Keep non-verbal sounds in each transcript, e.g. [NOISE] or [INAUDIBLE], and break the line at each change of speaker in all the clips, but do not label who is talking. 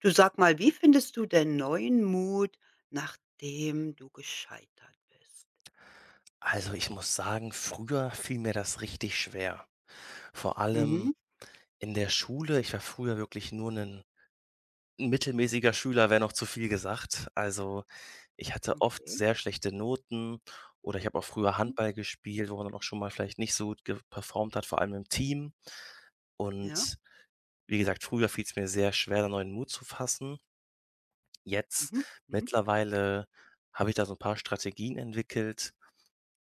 Du sag mal, wie findest du denn neuen Mut, nachdem du gescheitert bist?
Also, ich muss sagen, früher fiel mir das richtig schwer. Vor allem
Mhm,
in der Schule. Ich war früher wirklich nur ein mittelmäßiger Schüler, wäre noch zu viel gesagt. Also, ich hatte oft
okay.
sehr schlechte Noten oder ich habe auch früher
Mhm.
Handball gespielt, wo man dann auch schon mal vielleicht nicht so gut ge performt hat, vor allem im Team.
Ja.
Und wie gesagt, früher fiel es mir sehr schwer, da neuen Mut zu fassen. Jetzt
Mhm, mhm.
mittlerweile habe ich da so ein paar Strategien entwickelt.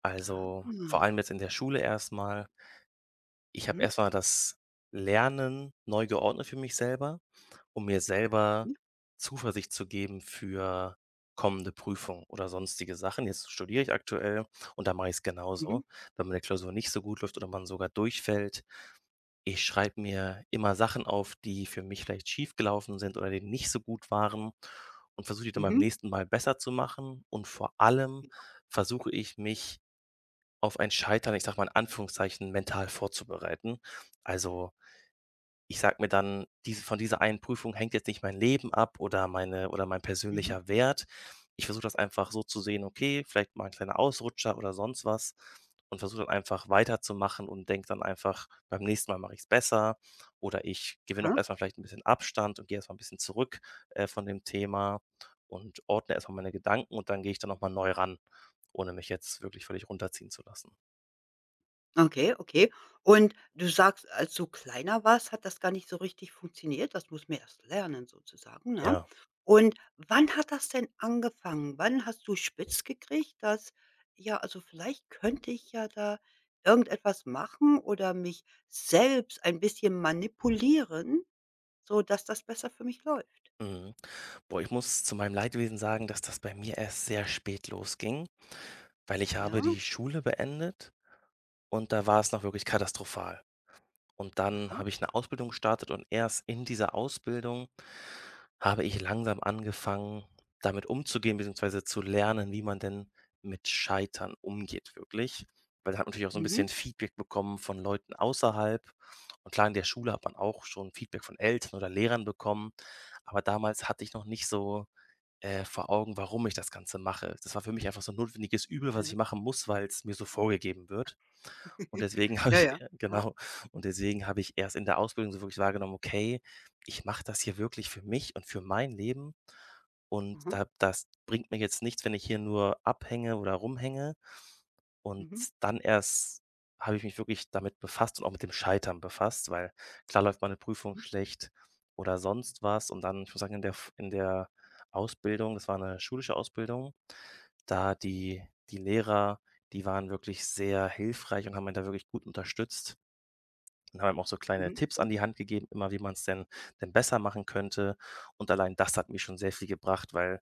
Also, vor
Ah.
allem jetzt in der Schule erstmal. Ich habe
Mhm.
erstmal das Lernen neu geordnet für mich selber, um mir selber
Okay.
Zuversicht zu geben für kommende Prüfungen oder sonstige Sachen. Jetzt studiere ich aktuell und da mache ich's
Mhm,
genauso. Wenn meine Klausur nicht so gut läuft oder man sogar durchfällt, ich schreibe mir immer Sachen auf, die für mich vielleicht schiefgelaufen sind oder die nicht so gut waren und versuche die dann
mhm,
beim
mhm.
nächsten Mal besser zu machen und vor allem
Ja.
versuche ich mich auf ein Scheitern, ich sag mal in Anführungszeichen, mental vorzubereiten. Also, ich sage mir dann: „Diese von dieser einen Prüfung hängt jetzt nicht mein Leben ab oder meine oder mein
Mhm.
persönlicher Wert.“ Ich versuche das einfach so zu sehen: „Okay, vielleicht mal ein kleiner Ausrutscher oder sonst was“ und versuche dann einfach weiterzumachen und denke dann einfach: „Beim nächsten Mal mache ich es besser“, oder ich gewinne auch
Aha.
erstmal vielleicht ein bisschen Abstand und gehe erstmal ein bisschen zurück, von dem Thema und ordne erstmal meine Gedanken und dann gehe ich dann noch mal neu ran, ohne mich jetzt wirklich völlig runterziehen zu lassen.
Okay, okay. Und du sagst, als du kleiner warst, hat das gar nicht so richtig funktioniert. Das muss man erst lernen sozusagen, ne?
Ja,
Und wann hat das denn angefangen? Wann hast du spitz gekriegt, dass ja, also vielleicht könnte ich ja da irgendetwas machen oder mich selbst ein bisschen manipulieren, so dass das besser für mich läuft?
mhm. Boah, ich muss zu meinem Leidwesen sagen, dass das bei mir erst sehr spät losging, weil ich
Ja?
habe die Schule beendet und da war es noch wirklich katastrophal. Und dann
Aha.
habe ich eine Ausbildung gestartet und erst in dieser Ausbildung habe ich langsam angefangen, damit umzugehen, beziehungsweise zu lernen, wie man denn mit Scheitern umgeht wirklich. Weil ich habe natürlich auch so ein
Mhm.
bisschen Feedback bekommen von Leuten außerhalb. Und klar, in der Schule hat man auch schon Feedback von Eltern oder Lehrern bekommen, aber damals hatte ich noch nicht so vor Augen, warum ich das Ganze mache. Das war für mich einfach so 'n notwendiges Übel,
Ja,
was ich
ja.
machen muss, weil es mir so vorgegeben wird. Und
[LAUGHS]
deswegen habe
Ja, ja.
ich
Aha.
genau, und deswegen habe ich erst in der Ausbildung so wirklich wahrgenommen: „Okay, ich mache das hier wirklich für mich und für mein Leben und
Aha.
da das bringt mir jetzt nichts, wenn ich hier nur abhänge oder rumhänge.“ Und
Mhm.
dann erst habe ich mich wirklich damit befasst und auch mit dem Scheitern befasst, weil klar läuft meine Prüfung
Mhm.
schlecht oder sonst was. Und dann, ich muss sagen, in der Ausbildung, das war eine schulische Ausbildung, da die die Lehrer, die waren wirklich sehr hilfreich und haben einen da wirklich gut unterstützt und haben einem auch so kleine
Mhm. Mhm.
Tipps an
Mhm.
die Hand gegeben, immer wie man es denn besser machen könnte. Und allein das hat mir schon sehr viel gebracht, weil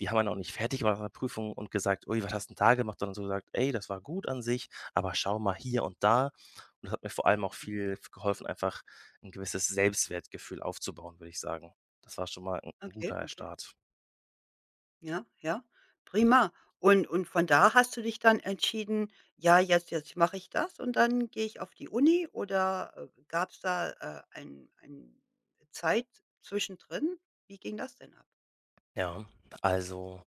die haben einen auch nicht fertig gemacht nach der Prüfung und gesagt: „Ui, was hast du denn da gemacht?“, sondern so gesagt: „Ey, das war gut an sich, aber schau mal hier und da.“ Und das hat mir vor allem auch viel geholfen, einfach ein gewisses Selbstwertgefühl aufzubauen, würde ich sagen. Das war schon mal ein 'n
Okay,
guter
okay.
Start.
Ja, ja, prima. Und von da hast du dich dann entschieden: „Ja, jetzt mache ich das und dann gehe ich auf die Uni", oder, gab's da, ein Zeit zwischendrin? Wie ging das denn ab?
Ja, also,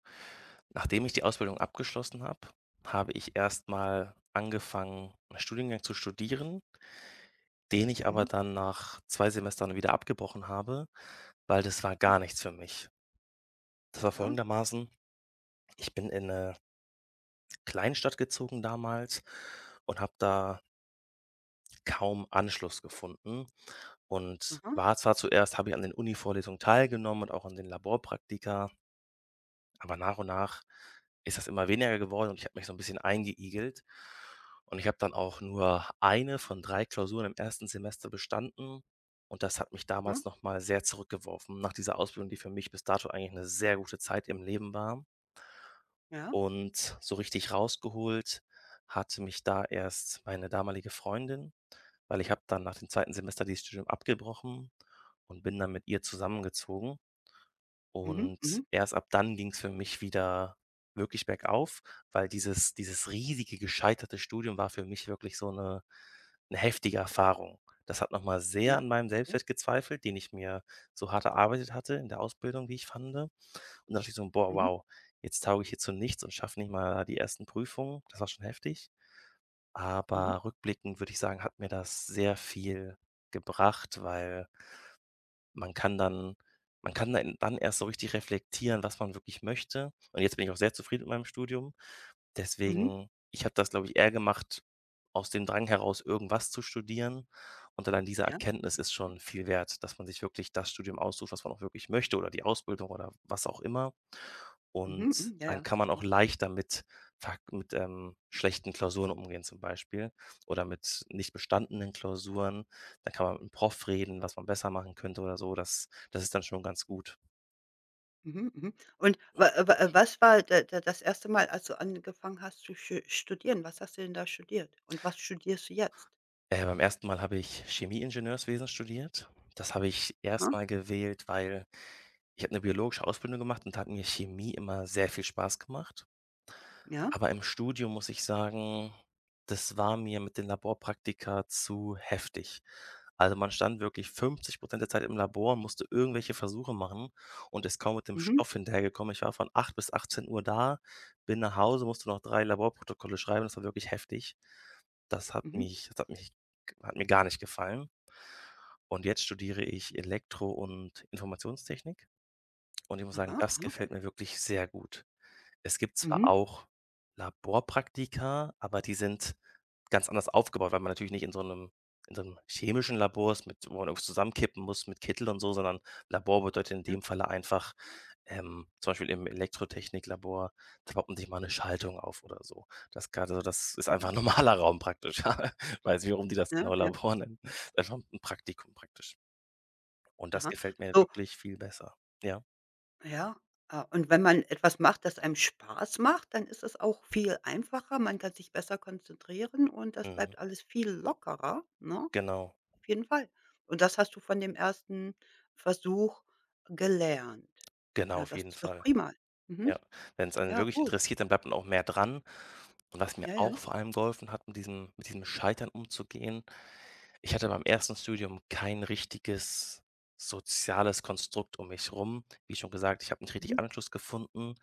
nachdem ich die Ausbildung abgeschlossen habe, habe ich erstmal angefangen, einen Studiengang zu studieren, den ich aber
Mhm,
dann nach 2 Semestern wieder abgebrochen habe, weil das war
mhm.
gar nichts für mich. Das war
Aha,
folgendermaßen: Ich bin in eine Kleinstadt gezogen damals und habe da kaum Anschluss gefunden und
aha,
war zwar zuerst habe ich an den Uni-Vorlesungen teilgenommen und auch an den Laborpraktika. Aber nach und nach ist das immer weniger geworden und ich habe mich so ein bisschen eingeigelt. Und ich habe dann auch nur eine von 3 Klausuren im ersten Semester bestanden und das hat mich
aha,
damals noch mal sehr zurückgeworfen nach dieser Ausbildung, die für mich bis dato eigentlich eine sehr gute Zeit im Leben war.
ja.
Und so richtig rausgeholt hatte mich da erst meine damalige Freundin, weil ich habe dann nach dem zweiten Semester dieses Studium abgebrochen und bin dann mit ihr zusammengezogen.
Mhm,
Und
mhm,
erst ab dann ging es für mich wieder wirklich bergauf, weil dieses riesige gescheiterte Studium war für mich wirklich so eine 'ne heftige Erfahrung. Das hat noch mal sehr
ja,
an meinem
okay.
Selbstwert gezweifelt, den ich mir so hart erarbeitet hatte in der Ausbildung, wie ich fand. Und dann dachte ich so: „Boah,
Mhm,
wow, jetzt tauge ich hier zu nichts und schaffe nicht mal die ersten Prüfungen.“ Das war schon heftig.
mhm,
Aber rückblickend würde ich sagen, hat mir das sehr viel gebracht, weil man kann dann man kann dann erst so richtig reflektieren, was man wirklich möchte. Und jetzt bin ich auch sehr zufrieden mit meinem Studium.
mhm,
Deswegen ich habe das, glaube ich, eher gemacht aus dem Drang heraus, irgendwas zu studieren. Und allein diese
ja.
Erkenntnis ist schon viel wert, dass man sich wirklich das Studium aussucht, was man auch wirklich möchte, oder die Ausbildung oder was auch immer.
Mhm,
Und
mhm, ja,
dann
ja,
kann man
sicher.
auch leichter mit schlechten Klausuren umgehen zum Beispiel oder mit nicht bestandenen Klausuren. Dann kann man mit dem Prof reden, was man besser machen könnte oder so. Das ist dann schon ganz gut.
Mhm, mhm. Und wa wa was war da das erste Mal, als du angefangen hast zu schu studieren? Was hast du denn da studiert? Und was studierst du jetzt?
Beim ersten Mal habe ich Chemieingenieurswesen studiert. Das habe ich
Aha,
erstmal gewählt, weil ich habe eine biologische Ausbildung gemacht und da hat mir Chemie immer sehr viel Spaß gemacht.
ja,
Aber im Studium muss ich sagen, das war mir mit den Laborpraktika zu heftig. Also, man stand wirklich 50 der Zeit im Labor und musste irgendwelche Versuche machen und ist kaum mit dem
mhm,
Stoff hinterhergekommen. Ich war von 8 bis 18 Uhr da, bin nach Hause, musste noch 3 Laborprotokolle schreiben. Das war wirklich heftig. Das hat
mhm,
mich das hat mich hat mir gar nicht gefallen. Und jetzt studiere ich Elektro und Informationstechnik und ich muss sagen,
aha,
das
aha,
gefällt mir wirklich sehr gut. Es gibt zwar
mhm,
auch Laborpraktika, aber die sind ganz anders aufgebaut, weil man natürlich nicht in so 'nem chemischen Labor ist, mit wo man irgendwas zusammenkippen muss mit Kittel und so, sondern Labor bedeutet in
ja,
dem Falle einfach, zum Beispiel im Elektrotechniklabor, da baut man sich mal eine Schaltung auf oder so. Das grade so das ist
mhm,
einfach [LAUGHS] 'n normaler Raum praktisch. [LAUGHS] Ja. Weiß nicht, warum die das
ja,
genau
ja,
Labor nennen. Das ist einfach ein Praktikum praktisch. Und das
aha.
gefällt mir
So,
wirklich viel besser. Ja,
ja, und wenn man etwas macht, das einem Spaß macht, dann ist es auch viel einfacher. Man kann sich besser konzentrieren und das
mhm.
bleibt alles viel lockerer, ne?
Genau,
Auf jeden Fall. Und das hast du von dem ersten Versuch gelernt.
genau,
Na,
auf
das
jeden
ist doch
Fall.
prima. Mhm,
Ja, wenn es einen
ja,
wirklich
gut.
interessiert, dann bleibt man auch mehr dran. Und was mir
Ja,
auch
ja.
vor allem geholfen hat, mit diesem Scheitern umzugehen, ich hatte beim ersten Studium kein richtiges soziales Konstrukt um mich rum. Wie schon gesagt, ich habe nicht
Mhm,
richtig Anschluss gefunden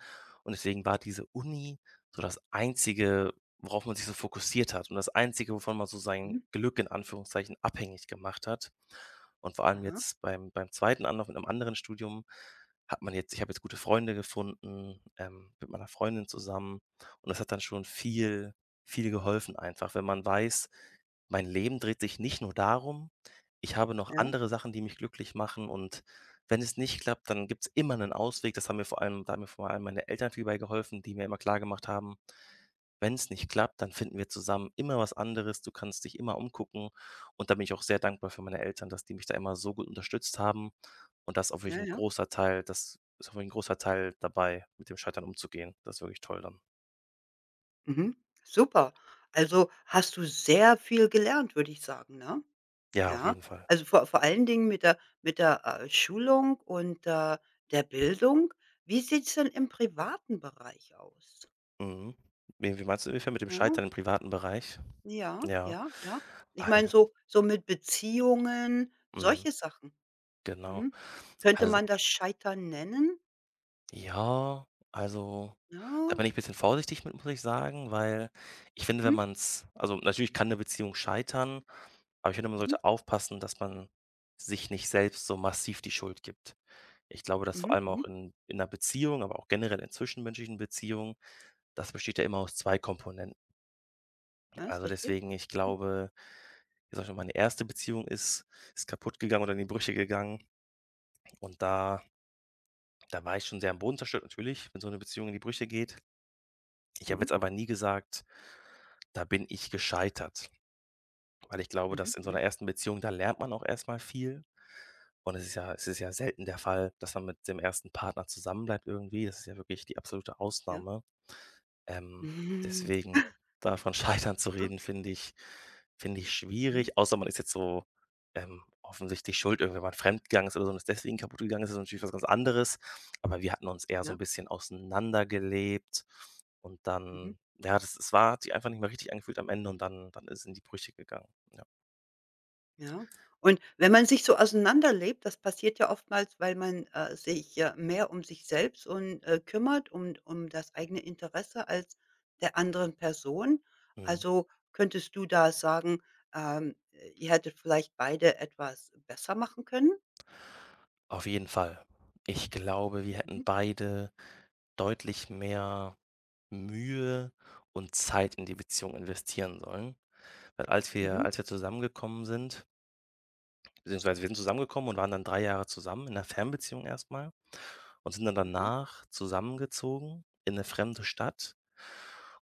und deswegen war diese Uni so das Einzige, worauf man sich so fokussiert hat, und das Einzige, wovon man so sein
mhm,
Glück in Anführungszeichen abhängig gemacht hat. Und vor allem
aha,
jetzt beim zweiten Anlauf in einem anderen Studium hat man jetzt ich habe jetzt gute Freunde gefunden, mit meiner Freundin zusammen und das hat dann schon viel viel geholfen einfach, wenn man weiß, mein Leben dreht sich nicht nur darum. Ich habe noch
ja,
andere Sachen, die mich glücklich machen, und wenn es nicht klappt, dann gibt es immer einen Ausweg. Das haben mir vor allem Da haben mir vor allem meine Eltern viel bei geholfen, die mir immer klar gemacht haben: Wenn es nicht klappt, dann finden wir zusammen immer was anderes. Du kannst dich immer umgucken.“ Und da bin ich auch sehr dankbar für meine Eltern, dass die mich da immer so gut unterstützt haben und
ja, ja.
das ist auch wirklich ein großer Teil dabei, mit dem Scheitern umzugehen. Das ist wirklich toll dann.
Mhm. Super. Also, hast du sehr viel gelernt, würde ich sagen, ne?
Ja, auf
Ja.
jeden Fall.
Also, vor allen Dingen mit der Schulung und, der Bildung. Wie sieht's denn im privaten Bereich aus?
Mhm. Wie meinst du, inwiefern mit dem
Ja,
Scheitern im privaten Bereich?
ja,
Ja.
ja, ja. Ich
Al
meine so mit Beziehungen,
mhm,
solche Sachen.
genau.
Mhm. Könnte
Also,
man das Scheitern nennen?
ja, also, da
Ja.
bin ich bisschen vorsichtig mit, muss ich sagen, weil ich finde, wenn
Mhm,
man's, also, natürlich kann 'ne Beziehung scheitern, aber ich finde, man
mhm,
sollte aufpassen, dass man sich nicht selbst so massiv die Schuld gibt. Ich glaube, dass vor
mhm,
allem auch
mhm.
in 'ner Beziehung, aber auch generell in zwischenmenschlichen Beziehungen, das besteht ja immer aus 2 Komponenten.
Ja, ist
Also,
richtig.
deswegen, ich
Mhm,
glaube, wie gesagt, meine erste Beziehung ist kaputt gegangen oder in die Brüche gegangen und da war ich schon sehr am Boden zerstört natürlich, wenn so eine Beziehung in die Brüche geht. Ich habe
mhm,
jetzt aber nie gesagt: „Da bin ich gescheitert“, weil ich glaube,
mhm,
dass in so
mhm.
einer ersten Beziehung, da lernt man auch erstmal viel und es ist ja selten der Fall, dass man mit dem ersten Partner zusammenbleibt irgendwie. Das ist ja wirklich die absolute
Ja.
Ausnahme.
[LAUGHS]
Ähm,
Mhm.
Deswegen davon [LAUGHS] scheitern zu
Ja,
reden, finde ich
mhm,
schwierig, außer man ist jetzt so, offensichtlich schuld, irgendwie, mal fremdgegangen ist oder so und ist deswegen kaputt gegangen ist, ist natürlich was ganz anderes. Aber wir hatten uns eher so ein
ja.
bisschen auseinandergelebt und
Mhm.
dann ja, das es war hat sich einfach nicht mehr richtig angefühlt am Ende und dann ist es in die Brüche gegangen. Ja.
Ja. Und wenn man sich so auseinanderlebt, das passiert ja oftmals, weil man, sich, mehr um sich selbst und, kümmert um das eigene Interesse als der anderen Person.
Mhm.
Also, könntest du da sagen, ihr hättet vielleicht beide etwas besser machen können?
Auf jeden Fall. Ich glaube, wir hätten
Mhm,
beide deutlich mehr Mühe und Zeit in die Beziehung investieren sollen. Weil als wir
mhm,
als wir zusammengekommen sind, beziehungsweise wir sind zusammengekommen und waren dann 3 Jahre zusammen in einer Fernbeziehung erstmal und sind dann
aha,
danach zusammengezogen in eine fremde Stadt.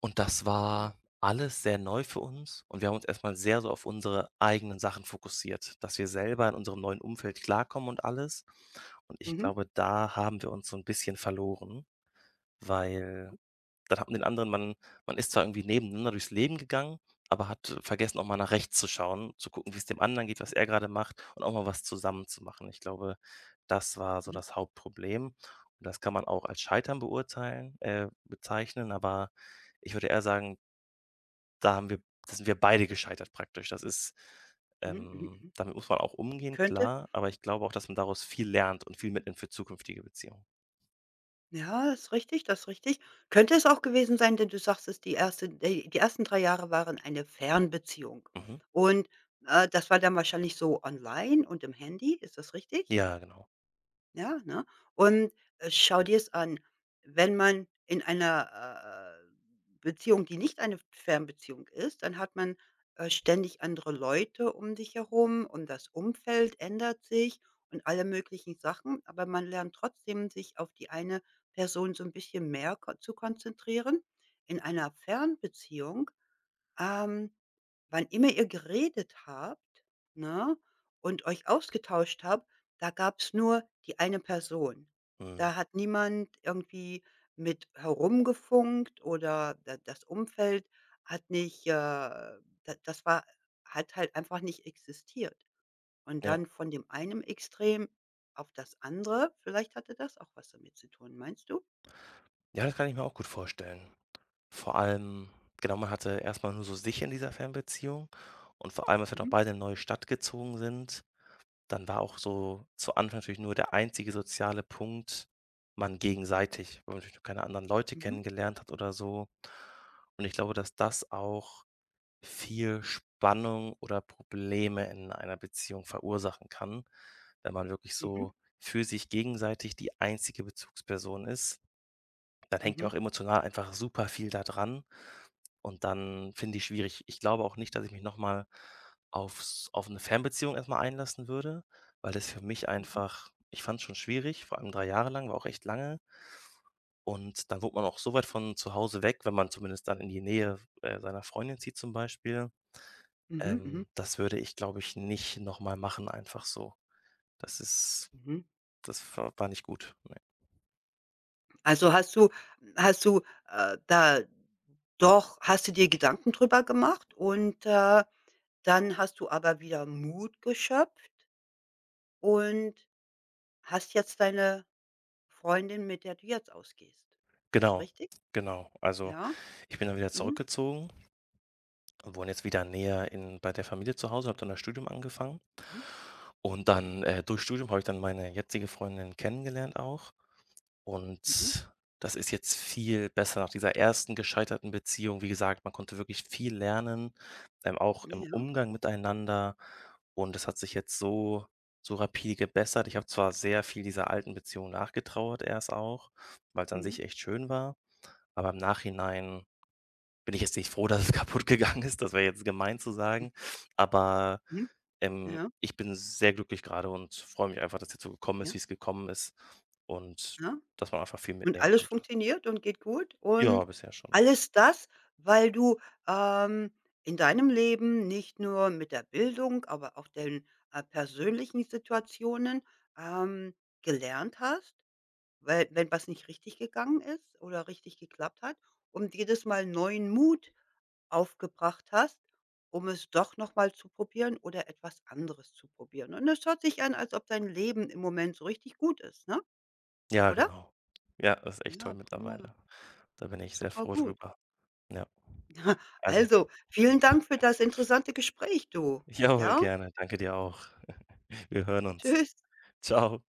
Und das war
ah,
alles sehr neu für uns und wir haben uns erstmal sehr so auf unsere eigenen Sachen fokussiert, dass wir selber in unserem neuen Umfeld klarkommen und alles. Und ich
mhm,
glaube, da haben wir uns so ein bisschen verloren, weil dann hat man den anderen man man ist zwar irgendwie nebeneinander durchs Leben gegangen, aber hat vergessen, auch mal nach rechts zu schauen, zu gucken, wie es dem anderen geht, was er gerade macht und auch mal was zusammen zu machen. Ich glaube, das war so
mhm,
das Hauptproblem. Und das kann man auch als Scheitern beurteilen bezeichnen, aber ich würde eher sagen, da haben wir da sind wir beide gescheitert praktisch. Das ist
mhm, mhm, mhm.
damit muss man auch umgehen,
Könnte
klar, aber ich glaube auch, dass man daraus viel lernt und viel mitnimmt für zukünftige Beziehungen.
Ja, ist richtig, das ist richtig. Könnte es auch gewesen sein, denn du sagst es die ersten 3 Jahre waren eine Fernbeziehung.
Mhm.
Und, das war dann wahrscheinlich so online und im Handy, ist das richtig?
Ja, genau.
Ja, ne? Und, schau dir es an. Wenn man in einer, Beziehung, die nicht eine Fernbeziehung ist, dann hat man, ständig andere Leute um dich herum und das Umfeld ändert sich und alle möglichen Sachen, aber man lernt trotzdem, sich auf die eine Person so ein bisschen mehr ko zu konzentrieren. In einer Fernbeziehung, ähm wann immer ihr geredet habt, ne, und euch ausgetauscht habt, da gab's nur die eine Person.
Mhm.
Da hat niemand irgendwie mit herumgefunkt oder da das Umfeld hat nicht, da das war, hat halt einfach nicht existiert. Und
Ja.
dann von dem einen Extrem auf das andere, vielleicht hatte das auch was damit zu tun, meinst du?
Ja, das kann ich mir auch gut vorstellen. Vor allem genau, man hatte erstmal nur so sich in dieser Fernbeziehung und vor allem, als wir noch
Mhm,
beide in 'ne neue Stadt gezogen sind, dann war auch so zu Anfang natürlich nur der einzige soziale Punkt man gegenseitig, weil man natürlich noch keine anderen Leute
mhm,
kennengelernt hat oder so. Und ich glaube, dass das auch viel Spannung oder Probleme in einer Beziehung verursachen kann, wenn man wirklich
mhm,
so für sich gegenseitig die einzige Bezugsperson ist. Dann hängt ja
mhm,
auch emotional einfach super viel da dran. Und dann finde ich schwierig, ich glaube auch nicht, dass ich mich nochmal auf eine Fernbeziehung erstmal einlassen würde, weil das für mich
mhm,
einfach ich fand es schon schwierig, vor allem 3 Jahre lang, war auch echt lange. Und dann wurde man auch so weit von zu Hause weg, wenn man zumindest dann in die Nähe, seiner Freundin zieht zum Beispiel.
mhm, mhm, mhm.
Das würde ich, glaube ich, nicht nochmal machen einfach so. Das ist
Mhm.
das war nicht gut, ne.
Also, hast du hast du, da doch hast du dir Gedanken drüber gemacht und, dann hast du aber wieder Mut geschöpft und hast jetzt deine Freundin, mit der du jetzt ausgehst. Ist so
Genau,
richtig?
genau. Also,
Ja?
ich bin dann wieder
Mhm.
zurückgezogen, wohne jetzt wieder näher in bei der Familie zu Hause, habe dann das Studium angefangen.
Mhm.
Und dann, durch Studium habe ich dann meine jetzige Freundin kennengelernt auch.
Mhm.
Und das ist jetzt viel besser nach dieser ersten gescheiterten Beziehung. Wie gesagt, man konnte wirklich viel lernen, auch
Ja,
im
ja.
Umgang miteinander. Und es hat sich jetzt so so rapide gebessert. Ich habe zwar sehr viel dieser alten Beziehung nachgetrauert erst auch, weil es an
Mhm.
sich echt schön war, aber im Nachhinein bin ich jetzt nicht froh, [LAUGHS] dass es kaputt gegangen ist. Das wäre jetzt gemein zu sagen. Aber,
Mhm. Ja,
ich bin sehr glücklich gerade und freue mich einfach, dass jetzt so gekommen ist,
ja,
wie es gekommen ist und
ja.
dass man einfach viel
Und
mitnehmen
alles
konnte.
funktioniert und geht gut
Ja,
und
bisher schon.
alles das, weil du, ähm, in deinem Leben nicht nur mit der Bildung, aber auch den, persönlichen Situationen, ähm, gelernt hast, weil wenn was nicht richtig gegangen ist oder richtig geklappt hat und jedes Mal neuen Mut aufgebracht hast, um es doch noch mal zu probieren oder etwas anderes zu probieren. Und es hört sich an, als ob dein Leben im Moment so richtig gut ist, ne?
Ja,
Oder?
genau. Ja, das ist echt toll
Ja, prima.
mittlerweile. Da bin ich sehr
Super
froh
gut.
drüber. Ja.
[LAUGHS]
Also,
Also, vielen Dank für das interessante Gespräch, du.
[LAUGHS] jawohl,
Ja?
gerne. Danke dir auch. [LAUGHS] Wir hören uns.
Tschüss.
Ciao.